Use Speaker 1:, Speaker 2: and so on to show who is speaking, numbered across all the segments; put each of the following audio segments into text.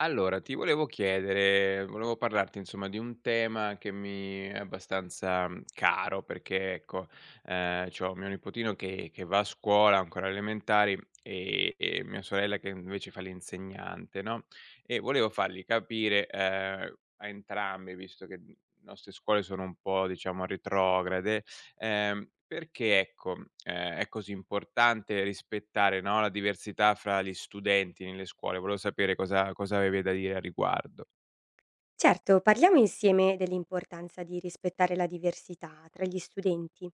Speaker 1: Allora, ti volevo chiedere, volevo parlarti insomma di un tema che mi è abbastanza caro, perché ecco, c'ho mio nipotino che va a scuola ancora elementari e mia sorella che invece fa l'insegnante, no? E volevo fargli capire a entrambi, visto che le nostre scuole sono un po', diciamo, retrograde. Perché ecco, è così importante rispettare, no, la diversità fra gli studenti nelle scuole? Volevo sapere cosa avevi da dire a riguardo.
Speaker 2: Certo, parliamo insieme dell'importanza di rispettare la diversità tra gli studenti.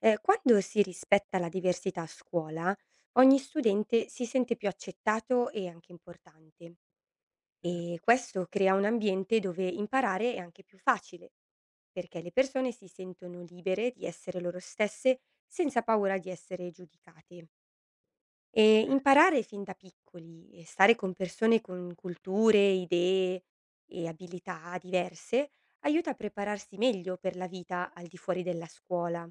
Speaker 2: Quando si rispetta la diversità a scuola, ogni studente si sente più accettato e anche importante
Speaker 1: Certo.
Speaker 2: e questo crea un ambiente dove imparare è anche più facile, perché le persone si sentono libere di essere loro stesse senza paura di essere giudicate.
Speaker 1: Ok.
Speaker 2: Imparare fin da piccoli e stare con persone con culture, idee e abilità diverse, aiuta a prepararsi meglio per la vita al di fuori della scuola.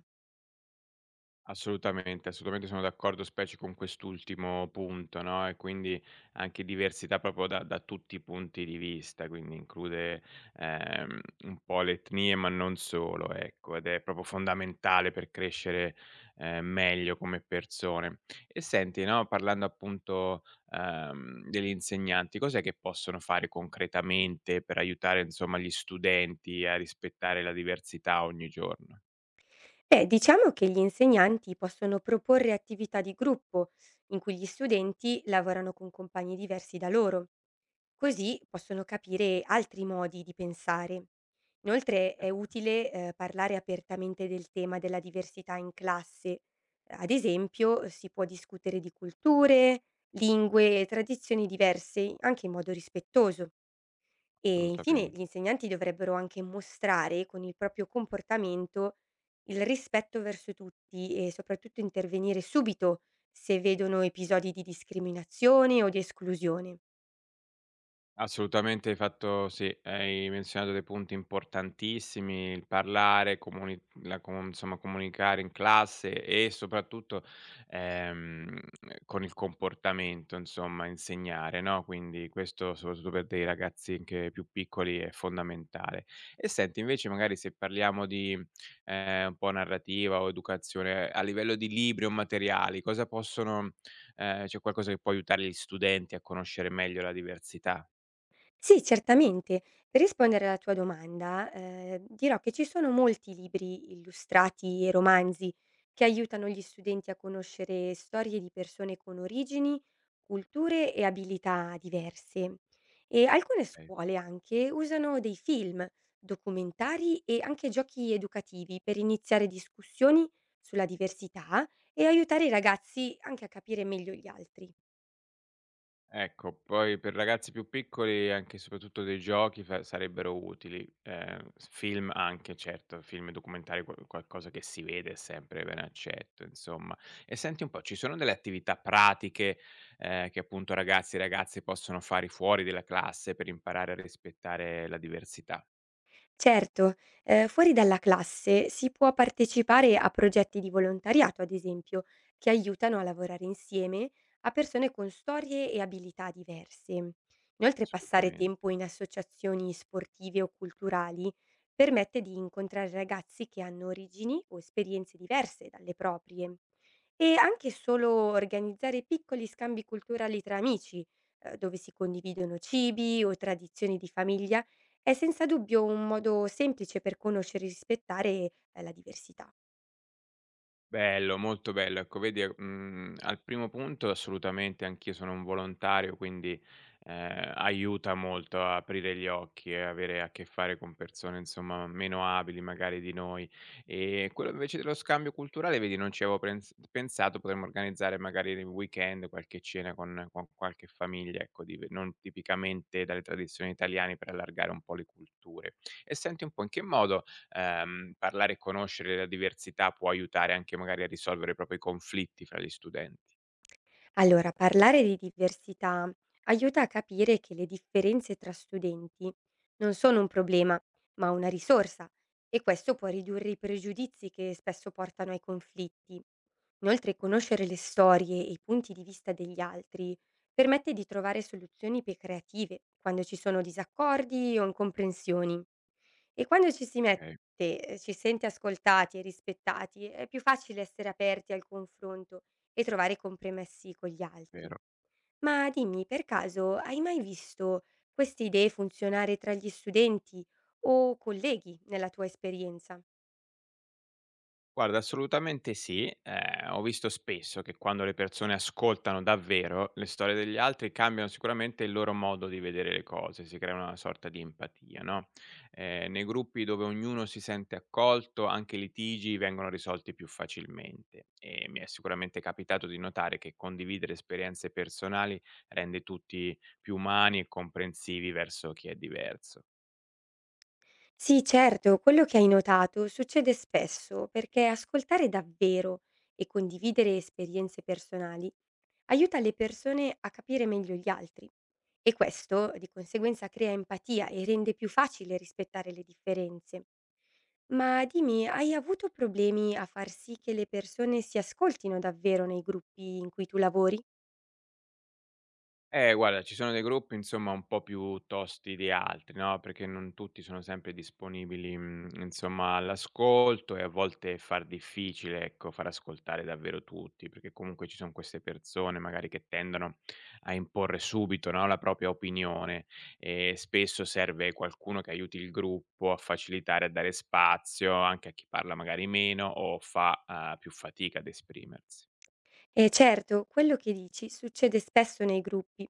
Speaker 1: Assolutamente, assolutamente sono d'accordo, specie con quest'ultimo punto, no, e quindi anche diversità proprio da tutti i punti di vista, quindi include, un po' le etnie, ma non solo, ecco, ed è proprio fondamentale per crescere, meglio come persone. E senti, no, parlando appunto, degli insegnanti, cos'è che possono fare concretamente per aiutare, insomma, gli studenti a rispettare la diversità ogni giorno?
Speaker 2: Beh, diciamo che gli insegnanti possono proporre attività di gruppo in cui gli studenti lavorano con compagni diversi da loro. Così possono capire altri modi di pensare. Inoltre
Speaker 1: Eh,
Speaker 2: è utile parlare apertamente del tema della diversità in classe. Ad esempio si può discutere di culture, lingue e tradizioni diverse anche in modo rispettoso. E infine
Speaker 1: assolutamente.
Speaker 2: gli insegnanti dovrebbero anche mostrare con il proprio comportamento il rispetto verso tutti e soprattutto intervenire subito se vedono episodi di discriminazione o di esclusione.
Speaker 1: Assolutamente hai fatto sì, hai menzionato dei punti importantissimi, il parlare, comuni la com insomma comunicare in classe e soprattutto, ehm, con il comportamento insomma insegnare, no, quindi questo soprattutto per dei ragazzi anche più piccoli è fondamentale. E senti invece magari se parliamo di, un po' narrativa o educazione, a livello di libri o materiali cosa possono c'è qualcosa che può aiutare gli studenti a conoscere meglio la diversità?
Speaker 2: Sì, certamente. Per rispondere alla tua domanda, dirò che ci sono molti libri illustrati e romanzi che aiutano gli studenti a conoscere storie di persone con origini, culture e abilità diverse. E alcune
Speaker 1: Okay.
Speaker 2: scuole anche usano dei film, documentari e anche giochi educativi per iniziare discussioni sulla diversità e aiutare i ragazzi anche a capire meglio gli altri.
Speaker 1: Ecco, poi per ragazzi più piccoli anche e soprattutto dei giochi fa sarebbero utili, s film anche certo, film e documentari, qualcosa che si vede è sempre ben accetto insomma. E senti un po', ci sono delle attività pratiche, che appunto ragazzi e ragazze possono fare fuori della classe per imparare a rispettare la diversità?
Speaker 2: Certo, fuori dalla classe si può partecipare a progetti di volontariato, ad esempio, che aiutano a lavorare insieme a persone con storie e abilità diverse. Inoltre passare
Speaker 1: Assolutamen
Speaker 2: tempo in associazioni sportive o culturali permette di incontrare ragazzi che hanno origini o esperienze diverse dalle proprie. E anche solo organizzare piccoli scambi culturali tra amici, dove si condividono cibi o tradizioni di famiglia è senza dubbio un modo semplice per conoscere e rispettare, la diversità.
Speaker 1: Bello, molto bello. Ecco vedi, al primo punto assolutamente anch'io sono un volontario, quindi, aiuta molto a aprire gli occhi e avere a che fare con persone, insomma, meno abili magari di noi. E quello invece dello scambio culturale, vedi, non ci avevo prens pensato, potremmo organizzare magari nel weekend qualche cena con qualche famiglia, ecco, dive non tipicamente dalle tradizioni italiane per allargare un po' le culture. E senti un po', in che modo parlare e conoscere la diversità può aiutare anche magari a risolvere proprio i conflitti fra gli studenti.
Speaker 2: Allora, parlare di diversità aiuta a capire che le differenze tra studenti non sono un problema, ma una risorsa e questo può ridurre i pregiudizi che spesso portano ai conflitti. Inoltre, conoscere le storie e i punti di vista degli altri permette di trovare soluzioni più creative quando ci sono disaccordi o incomprensioni. E quando ci si mette
Speaker 1: Okay,
Speaker 2: ci sente ascoltati e rispettati, è più facile essere aperti al confronto e trovare compromessi con gli altri.
Speaker 1: vero.
Speaker 2: Ma dimmi, per caso hai mai visto queste idee funzionare tra gli studenti o colleghi nella tua esperienza?
Speaker 1: Guarda, assolutamente sì. Ho visto spesso che quando le persone ascoltano davvero le storie degli altri, cambiano sicuramente il loro modo di vedere le cose, si crea una sorta di empatia, no, nei gruppi dove ognuno si sente accolto, anche i litigi vengono risolti più facilmente e mi è sicuramente capitato di notare che condividere esperienze personali rende tutti più umani e comprensivi verso chi è diverso.
Speaker 2: Sì, certo, quello che hai notato succede spesso perché ascoltare davvero e condividere esperienze personali aiuta le persone a capire meglio gli altri e questo di conseguenza crea empatia e rende più facile rispettare le differenze. Ma dimmi, hai avuto problemi a far sì che le persone si ascoltino davvero nei gruppi in cui tu lavori?
Speaker 1: Guarda, ci sono dei gruppi insomma un po' più tosti di altri, no, perché non tutti sono sempre disponibili, insomma all'ascolto e a volte è far difficile, ecco, far ascoltare davvero tutti, perché comunque ci son queste persone magari che tendono a imporre subito, no, la propria opinione e spesso serve qualcuno che aiuti il gruppo a facilitare, a dare spazio anche a chi parla magari meno o fa, più fatica ad esprimersi.
Speaker 2: E certo, quello che dici succede spesso nei gruppi,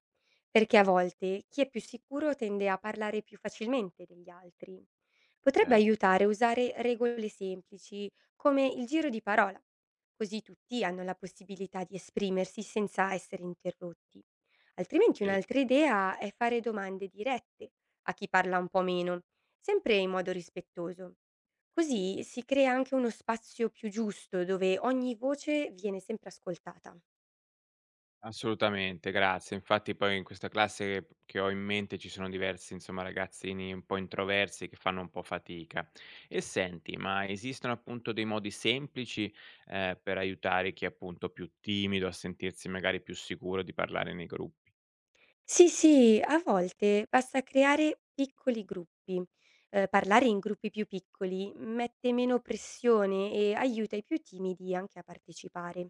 Speaker 2: perché a volte chi è più sicuro tende a parlare più facilmente degli altri. Potrebbe
Speaker 1: Cer
Speaker 2: aiutare a usare regole semplici, come il giro di parola, così tutti hanno la possibilità di esprimersi senza essere interrotti. Altrimenti un'altra idea è fare domande dirette a chi parla un po' meno, sempre in modo rispettoso. Così si crea anche uno spazio più giusto dove ogni voce viene sempre ascoltata.
Speaker 1: Assolutamente, grazie. Infatti poi in questa classe che ho in mente ci sono diversi, insomma, ragazzini un po' introversi che fanno un po' fatica. E senti, ma esistono appunto dei modi semplici, per aiutare chi è appunto più timido a sentirsi magari più sicuro di parlare nei gruppi?
Speaker 2: Sì, sì, a volte basta creare piccoli gruppi. Parlare in gruppi più piccoli mette meno pressione e aiuta i più timidi anche a partecipare.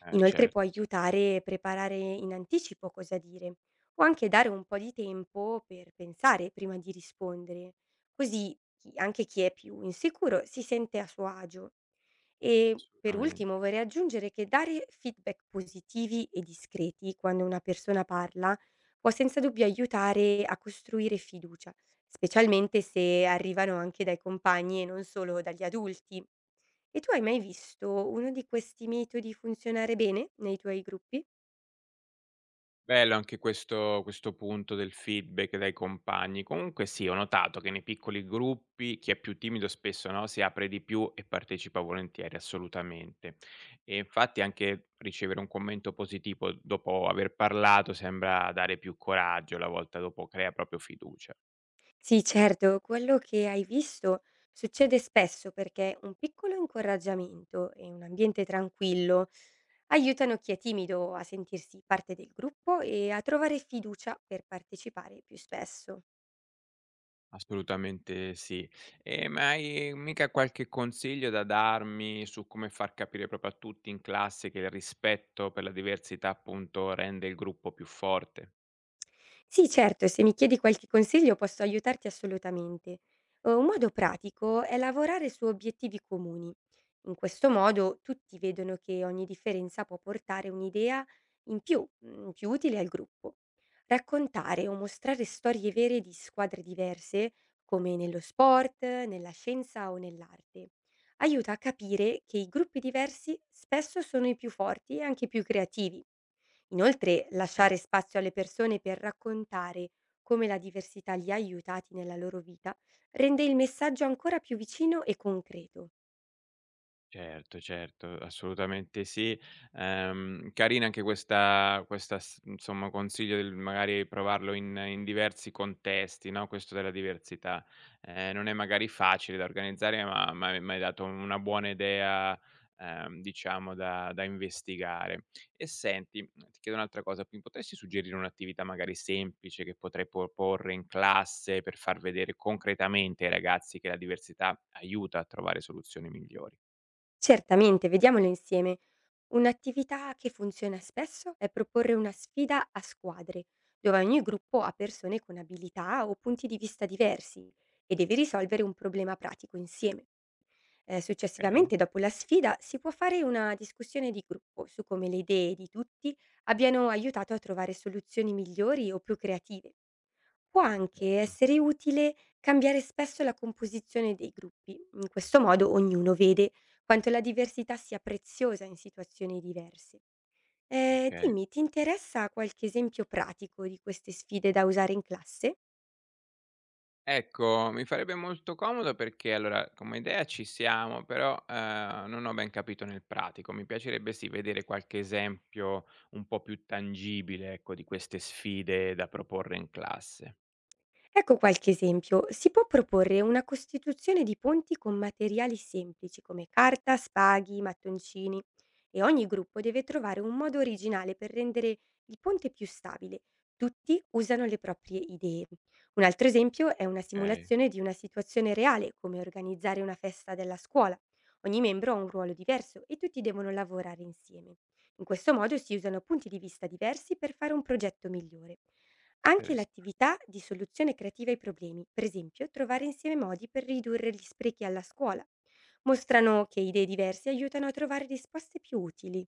Speaker 1: Eh
Speaker 2: Inoltre
Speaker 1: certo,
Speaker 2: può
Speaker 1: sì.
Speaker 2: aiutare a preparare in anticipo cosa dire o anche dare un po' di tempo per pensare prima di rispondere. Così anche chi è più insicuro si sente a suo agio. E per
Speaker 1: assolutamen
Speaker 2: ultimo vorrei aggiungere che dare feedback positivi e discreti quando una persona parla può senza dubbio aiutare a costruire fiducia, specialmente se arrivano anche dai compagni e non solo dagli adulti. E tu hai mai visto uno di questi metodi funzionare bene nei tuoi gruppi?
Speaker 1: Bello anche questo punto del feedback dai compagni. Comunque sì, ho notato che nei piccoli gruppi chi è più timido spesso, no, si apre di più e partecipa volentieri, assolutamente. E infatti anche ricevere un commento positivo dopo aver parlato sembra dare più coraggio, la volta dopo crea proprio fiducia.
Speaker 2: Sì, certo, quello che hai visto succede spesso perché un piccolo incoraggiamento e un ambiente tranquillo aiutano chi è timido a sentirsi parte del gruppo e a trovare fiducia per partecipare più spesso.
Speaker 1: Assolutamente sì. Ma hai mica qualche consiglio da darmi su come far capire proprio a tutti in classe che il rispetto per la diversità, appunto, rende il gruppo più forte?
Speaker 2: Sì, certo, e se mi chiedi qualche consiglio posso aiutarti assolutamente. Un modo pratico è lavorare su obiettivi comuni. In questo modo tutti vedono che ogni differenza può portare un'idea in più, più utile al gruppo. Raccontare o mostrare storie vere di squadre diverse, come nello sport, nella scienza o nell'arte, aiuta a capire che i gruppi diversi spesso sono i più forti e anche i più creativi. Inoltre,
Speaker 1: Ok.
Speaker 2: lasciare spazio alle persone per raccontare come la diversità li ha aiutati nella loro vita rende il messaggio ancora più vicino e concreto.
Speaker 1: Certo, certo, assolutamente sì. Carina anche questa questa s insomma, consiglio del magari provarlo in diversi contesti, no, questo della diversità. Non è magari facile da organizzare, ma m'hai dato una buona idea, diciamo da investigare. E senti, ti chiedo un'altra cosa, mi potresti suggerire un'attività magari semplice che potrei proporre in classe per far vedere concretamente ai ragazzi che la diversità aiuta a trovare soluzioni migliori?
Speaker 2: Certamente, vediamolo insieme. Un'attività che funziona spesso è proporre una sfida a squadre, dove ogni gruppo ha persone con abilità o punti di vista diversi e deve risolvere un problema pratico insieme.
Speaker 1: Okay,
Speaker 2: Successivamente, dopo la sfida, si può fare una discussione di gruppo su come le idee di tutti abbiano aiutato a trovare soluzioni migliori o più creative. Può anche
Speaker 1: certo,
Speaker 2: essere utile cambiare spesso la composizione dei gruppi, in questo modo ognuno vede quanto la diversità sia preziosa in situazioni diverse.
Speaker 1: okay.
Speaker 2: Dimmi, ti interessa qualche esempio pratico di queste sfide da usare in classe?
Speaker 1: Ecco, mi farebbe molto comodo perché allora come idea ci siamo, però, non ho ben capito nel pratico. Mi piacerebbe sì vedere qualche esempio un po' più tangibile, ecco, di queste sfide da proporre in classe.
Speaker 2: Ecco qualche esempio. Si può proporre una costituzione di ponti con materiali semplici come carta, spaghi, mattoncini e ogni gruppo deve trovare un modo originale per rendere il ponte più stabile. Tutti usano le proprie idee. Un altro esempio è una
Speaker 1: Okay.
Speaker 2: simulazione di una situazione reale, come organizzare una festa della scuola. Ogni membro ha un ruolo diverso e tutti devono lavorare insieme. In questo modo si usano punti di vista diversi per fare un progetto migliore. Anche
Speaker 1: interess
Speaker 2: l'attività di soluzione creativa ai problemi, per esempio trovare insieme modi per ridurre gli sprechi alla scuola, mostrano che idee diverse aiutano a trovare risposte più utili.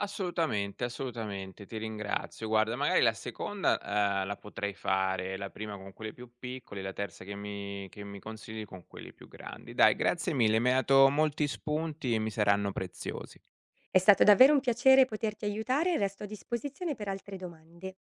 Speaker 1: Assolutamente, assolutamente, ti ringrazio. Guarda, magari la seconda, la potrei fare, la prima con quelli più piccoli, la terza che mi consigli con quelli più grandi. Dai, grazie mille, mi hai dato molti spunti e mi saranno preziosi.
Speaker 2: È stato davvero un piacere poterti aiutare e resto a disposizione per altre domande.